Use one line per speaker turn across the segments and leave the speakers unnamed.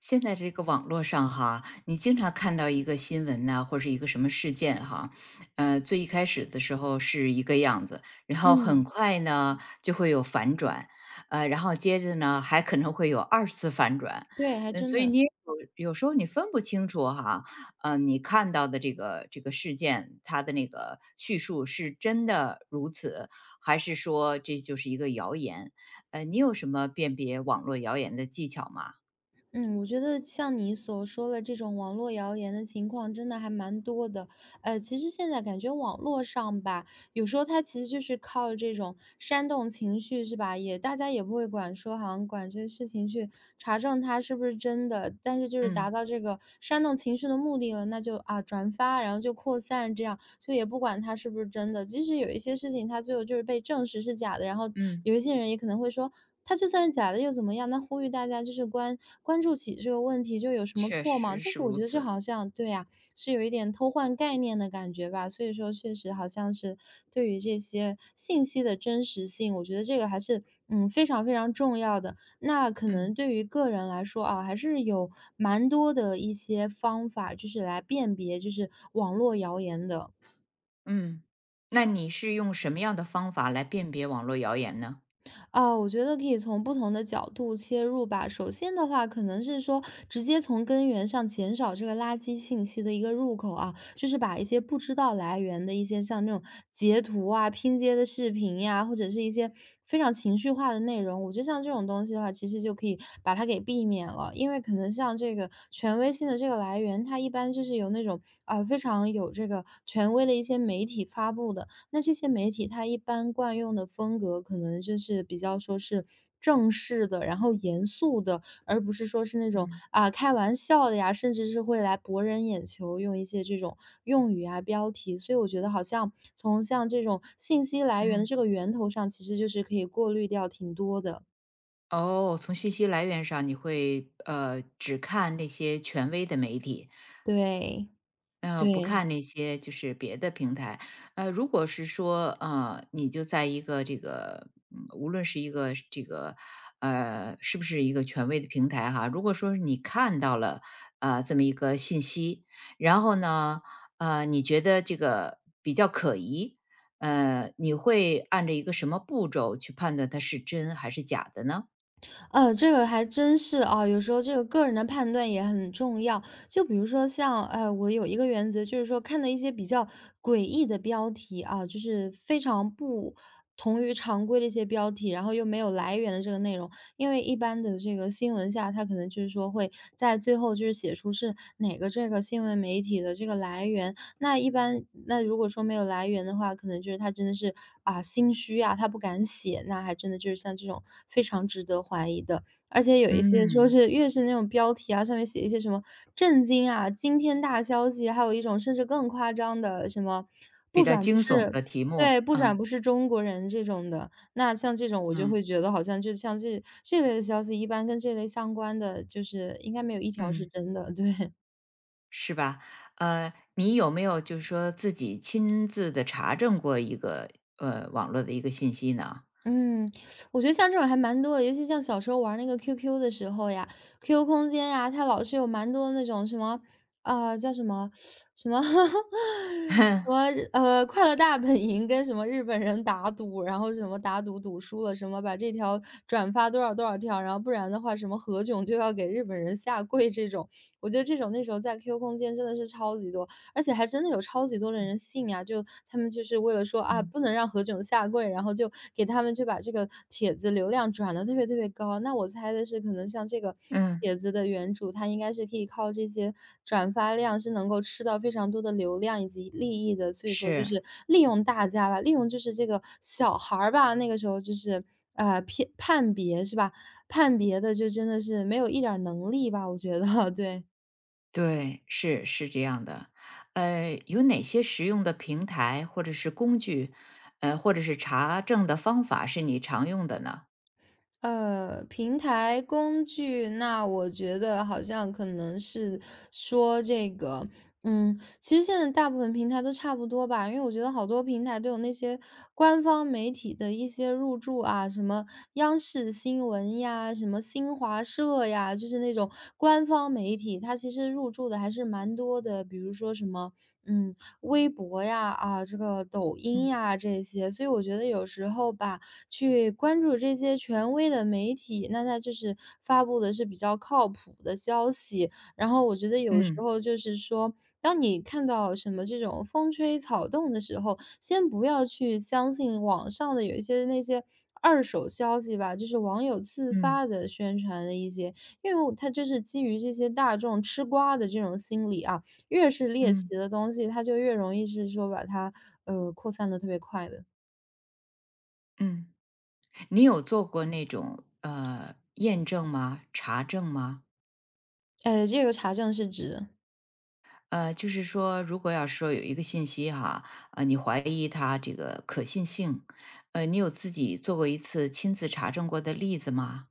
现在这个网络上哈，你经常看到一个新闻呢，或者是一个什么事件哈，最一开始的时候是一个样子，然后很
嗯，
快呢就会有反转，然后接着呢还可能会有二次反转，
对，还真
所以
的。
你有有时候你分不清楚哈，你看到的这个事件它的那个叙述是真的如此，还是说这就是一个谣言？你有什么辨别网络谣言的技巧吗？
嗯，我觉得像你所说的这种网络谣言的情况，真的还蛮多的。其实现在感觉网络上吧，有时候它其实就是靠这种煽动情绪，是吧？也大家也不会管说，好像管这些事情去查证它是不是真的，但是就是达
嗯。
到这个煽动情绪的目的了，那就转发，然后就扩散这样。就也不管它是不是真的。即使有一些事情，它最后就是被证实是假的，然后
嗯，
有一些人也可能会说，它就算是假的又怎么样？那呼吁大家就是关注起这个问题，就有什么
确
错吗？
实
但
是
是我觉
如
得这
此。
好像对呀、是有一点偷换概念的感觉吧。所以说，确实好像是对于这些信息的真实性，我觉得这个还是非常非常重要的。那可
嗯。
能对于个人来说啊，还是有蛮多的一些方法，就是来辨别就是网络谣言的。
嗯，那你是用什么样的方法来辨别网络谣言呢？
我觉得可以从不同的角度切入吧。首先的话，可能是说直接从根源上减少这个垃圾信息的一个入口啊，就是把一些不知道来源的一些像那种截图啊、拼接的视频呀，或者是一些非常情绪化的内容，我觉得像这种东西的话，其实就可以把它给避免了。因为可能像这个权威性的这个来源，它一般就是由那种非常有这个权威的一些媒体发布的，那这些媒体它一般惯用的风格，可能就是比较说是正式的，然后严肃的，而不是说是那种
嗯。
啊开玩笑的呀，甚至是会来博人眼球，用一些这种用语啊、标题。所以我觉得好像从像这种信息来源的
嗯。
这个源头上，其实就是可以过滤掉挺多的。
哦，从信息来源上，你会只看那些权威的媒体。
对，
不
对，
看那些就是别的平台。如果是说，你就在一个这个，无论是一个这个，是不是一个权威的平台哈？如果说你看到了，这么一个信息，然后呢，你觉得这个比较可疑，你会按照一个什么步骤去判断它是真还是假的呢？
这个还真是啊，有时候这个个人的判断也很重要。就比如说像，我有一个原则，就是说看的一些比较诡异的标题啊，就是非常不同于常规的一些标题，然后又没有来源的这个内容，因为一般的这个新闻下，它可能就是说会在最后就是写出是哪个这个新闻媒体的这个来源，那一般如果说没有来源的话，可能就是他真的是啊心虚啊，他不敢写，那还真的就是像这种非常值得怀疑的。而且有一些说
嗯。
是越是那种标题啊，上面写一些什么震惊啊、惊天大消息，还有一种甚至更夸张的什么
比
不
较
转不
惊悚
是
的题目
对，不转
啊，
不是中国人这种的。那像这种我就会
嗯。
觉得好像就像这类的消息，一般跟这类相关的，就是应该没有一条是
嗯。
真的。对，
是吧？你有没有就是说自己亲自的查证过一个，网络的一个信息呢？
嗯，我觉得像这种还蛮多的，尤其像小时候玩那个 QQ 的时候呀，QQ 空间呀，它老是有蛮多那种什么，啊、叫什么什么 什么快乐大本营跟什么日本人打赌，然后什么打赌赌输了，什么把这条转发多少多少条，然后不然的话，什么何炅就要给日本人下跪这种，我觉得这种那时候在 QQ 空间真的是超级多。而且还真的有超级多的人
嗯。
信啊，就他们就是为了说啊，
嗯。
不能让何炅下跪，然后就给他们就把这个帖子流量转的特别特别高。那我猜的是，可能像这个
嗯，
帖子的原主，他应该是可以靠这些转发量是能够吃到非常多的流量以及利益的，所以说就
是。
是利用大家吧，利用就是这个小孩儿吧，那个时候就是。骗判别是吧？判别的就真的是没有一点儿能力吧，我觉得 对。
对，是是这样的。有哪些实用的平台或者是工具，或者是查证的方法是你常用的呢？
平台工具，那我觉得好像可能是说这个，其实现在大部分平台都差不多吧，因为我觉得好多平台都有那些官方媒体的一些入驻啊，什么央视新闻呀，什么新华社呀，就是那种官方媒体，它其实入驻的还是蛮多的，比如说什么，嗯，微博呀，啊，这个抖音
嗯。
呀这些，所以我觉得有时候吧。去关注这些权威的媒体，那它就是发布的是比较靠谱的消息。然后我觉得有时
嗯。
候就是说，当你看到什么这种风吹草动的时候，先不要去相信网上的有一些那些二手消息吧，就是网友自
嗯。
发的宣传的一些，因为我它就是基于这些大众吃瓜的这种心理啊，越是猎奇
嗯。
的东西，它就越容易是说把它扩散的特别快的。
嗯，你有做过那种，验证吗？查证吗？
这个查证是指
就是说，如果要是说有一个信息哈，你怀疑它这个可信性，你有自己做过一次亲自查证过的例子吗？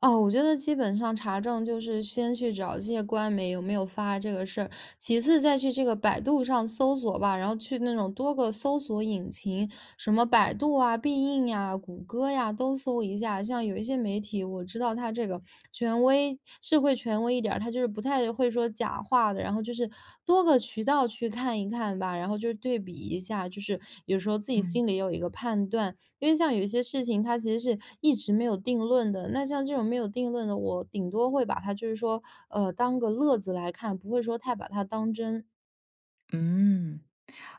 哦，我觉得基本上查证就是先去找这些官媒有没有发这个事儿，其次再去这个百度上搜索吧，然后去那种多个搜索引擎，什么百度啊、必应呀、谷歌呀都搜一下。像有一些媒体，我知道它这个权威是会权威一点儿，它就是不太会说假话的。然后就是多个渠道去看一看吧，然后就是对比一下，就是有时候自己
嗯。
心里有一个判断。因为像有一些事情它其实是一直没有定论的，那像这种没有定论的，我顶多会把它就是说，当个乐子来看，不会说太把它当真。
嗯，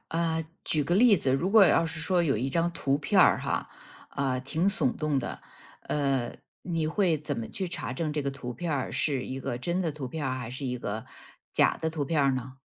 啊、举个例子，如果要是说有一张图片儿哈，啊、挺耸动的，呃，你会怎么去查证这个图片儿是一个真的图片儿还是一个假的图片儿呢？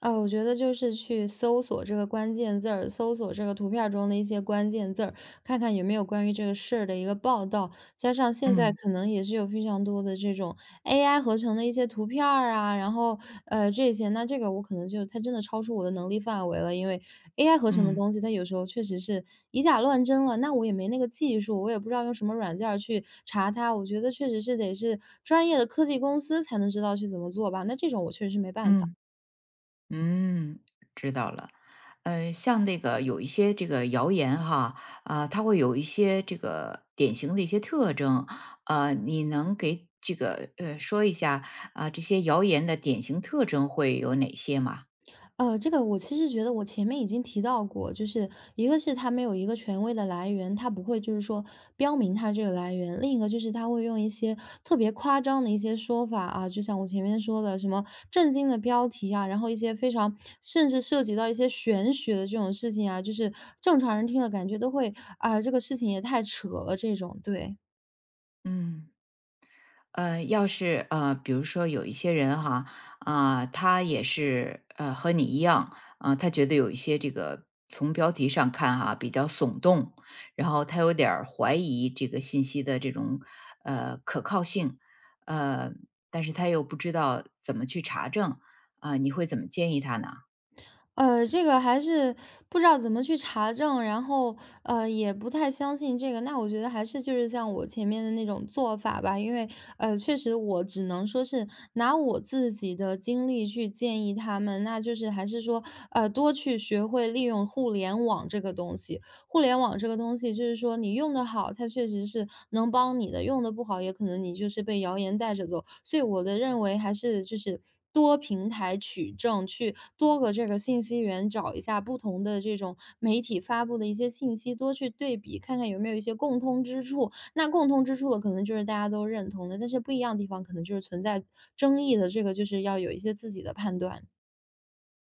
我觉得就是去搜索这个关键字儿，搜索这个图片儿中的一些关键字儿，看看有没有关于这个事儿的一个报道。加上现在
嗯。
可能也是有非常多的这种 AI 合成的一些图片儿啊，然后这些，那这个我可能就它真的超出我的能力范围了，因为 AI 合成的
嗯。
东西，它有时候确实是以假乱真了。那我也没那个技术，我也不知道用什么软件儿去查它。我觉得确实是得是专业的科技公司才能知道去怎么做吧。那这种我确实是没办法。
嗯。嗯，知道了。像那个有一些这个谣言哈，啊、它会有一些这个典型的一些特征，你能给这个说一下啊、这些谣言的典型特征会有哪些吗？
这个我其实觉得我前面已经提到过，就是一个是它没有一个权威的来源，它不会就是说标明它这个来源；另一个就是它会用一些特别夸张的一些说法啊，就像我前面说的什么震惊的标题啊，然后一些非常甚至涉及到一些玄学的这种事情啊，就是正常人听了感觉都会啊、这个事情也太扯了这种，对。
嗯。比如说有一些人哈，啊、他也是和你一样，啊、他觉得有一些这个从标题上看哈比较耸动，然后他有点儿怀疑这个信息的这种可靠性，呃，但是他又不知道怎么去查证，啊、你会怎么建议他呢？
这个还是不知道怎么去查证，然后，也不太相信这个。那我觉得还是就是像我前面的那种做法吧，因为，确实我只能说是拿我自己的经历去建议他们，那就是还是说，多去学会利用互联网这个东西。互联网这个东西，就是说你用的好，它确实是能帮你的；用的不好，也可能你就是被谣言带着走。所以我的认为还是就是多平台取证，去多个这个信息源找一下不同的这种媒体发布的一些信息，多去对比，看看有没有一些共通之处。那共通之处的可能就是大家都认同的，但是不一样的地方可能就是存在争议的，这个就是要有一些自己的判断。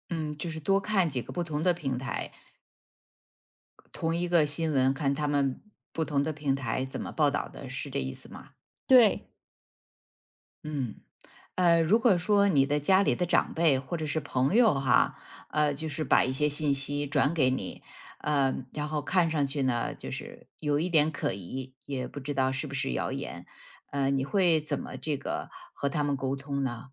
嗯，就是多看几个不同的平台，同一个新闻，看他们不同的平台怎么报道的，是这意思吗？
对，
嗯。如果说你的家里的长辈或者是朋友哈，就是把一些信息转给你，然后看上去呢，就是有一点可疑，也不知道是不是谣言，你会怎么这个和他们沟通呢？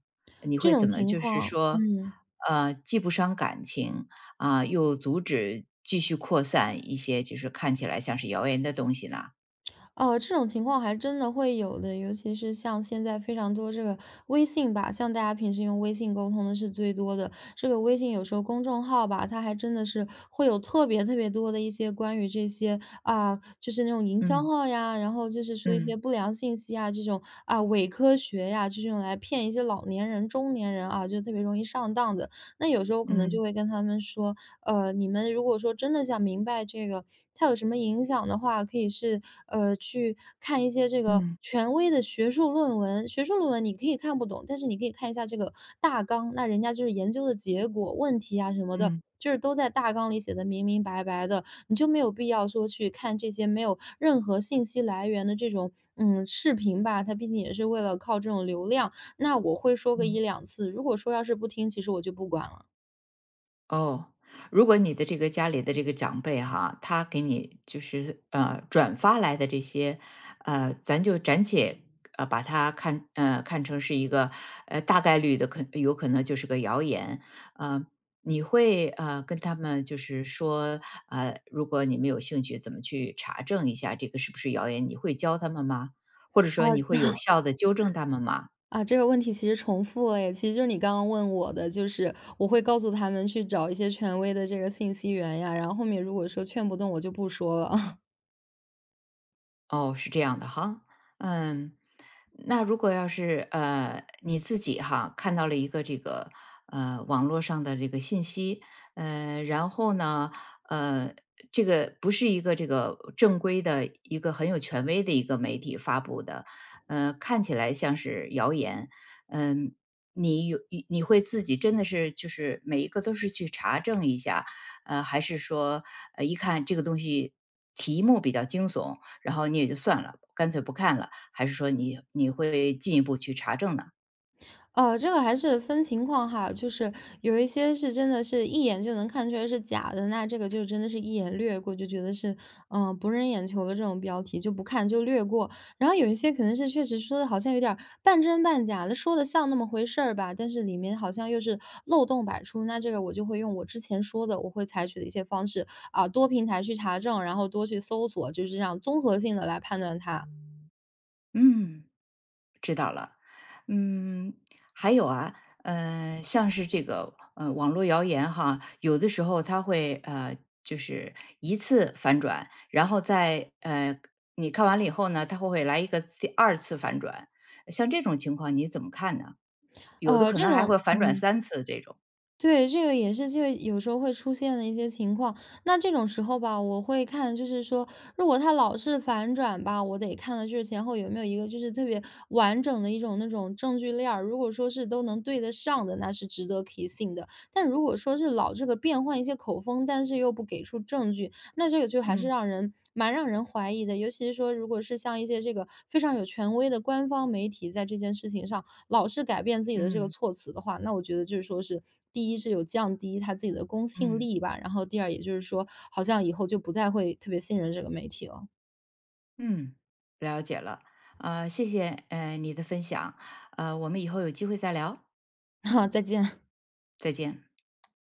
你
这
会
种
怎么
情
就是
况，
说，
嗯。
既不伤感情啊，又阻止继续扩散一些就是看起来像是谣言的东西呢？
哦，这种情况还真的会有的，尤其是像现在非常多这个微信吧，像大家平时用微信沟通的是最多的。这个微信有时候公众号吧，它还真的是会有特别特别多的一些关于这些啊，就是那种营销
嗯。
号呀，然后就是说一些
嗯。
不良信息啊，这种啊伪科学呀，就是用来骗一些老年人、中年人啊，就特别容易上当的。那有时候我可能就
嗯。
会跟他们说，你们如果说真的想明白这个它有什么影响的话，可以是去看一些这
嗯。
个
嗯。
权威的学术论文。学术论文你可以看不懂，但是你可以看一下这个大纲，那人家就是研究的结果、问题啊什么的，
嗯。
就是都在大纲里写的明明白白的，你就没有必要说去看这些没有任何信息来源的这种视频吧，它毕竟也是为了靠这种流量。那我会说个一
嗯。
两次，如果说要是不听，其实我就不管了。
哦，如果你的这个家里的这个长辈哈，他给你就是转发来的这些，咱就暂且把它看成是一个大概率的可有可能就是个谣言，呃，你会跟他们就是说如果你们有兴趣，怎么去查证一下这个是不是谣言？你会教他们吗？或者说你会
好
有效的纠正他们吗？
啊，这个问题其实重复了耶，其实就是你刚刚问我的，就是我会告诉他们去找一些权威的这个信息源呀，然后后面如果说劝不动，我就不说了。
哦，是这样的哈，嗯，那如果要是你自己哈看到了一个这个网络上的这个信息，然后呢，呃，这个不是一个这个正规的一个很有权威的一个媒体发布的，看起来像是谣言，嗯、你有你会自己真的是就是每一个都是去查证一下，还是说一看这个东西题目比较惊悚，然后你也就算了，干脆不看了，还是说你会进一步去查证呢？
这个还是分情况哈，就是有一些是真的是一眼就能看出来是假的，那这个就真的是一眼略过，就觉得是博人眼球的这种标题就不看就略过。然后有一些可能是确实说的好像有点儿半真半假的，说的像那么回事儿吧，但是里面好像又是漏洞百出。那这个我就会用我之前说的，我会采取的一些方式啊、多平台去查证，然后多去搜索，就是这样综合性的来判断它。
嗯，知道了。嗯，还有啊，像是这个网络谣言哈，有的时候它会就是一次反转，然后再你看完了以后呢，它会来一个第二次反转，像这种情况你怎么看呢？有的
呃，
可
这
能还
种
会反转三次这种。
对，这个也是就有时候会出现的一些情况。那这种时候吧，我会看就是说，如果他老是反转吧，我得看的就是前后有没有一个就是特别完整的一种那种证据链儿。如果说是都能对得上的，那是值得可以信的。但如果说是老这个变换一些口风，但是又不给出证据，那这个就还是
嗯。
让人蛮让人怀疑的。尤其是说，如果是像一些这个非常有权威的官方媒体在这件事情上，老是改变自己的这个
嗯。
措辞的话，那我觉得就是说是，第一是有降低他自己的公信
嗯。
力吧，然后第二也就是说，好像以后就不再会特别信任这个媒体了。
嗯。了解了，啊、谢谢，你的分享，我们以后有机会再聊，
再见。
再见。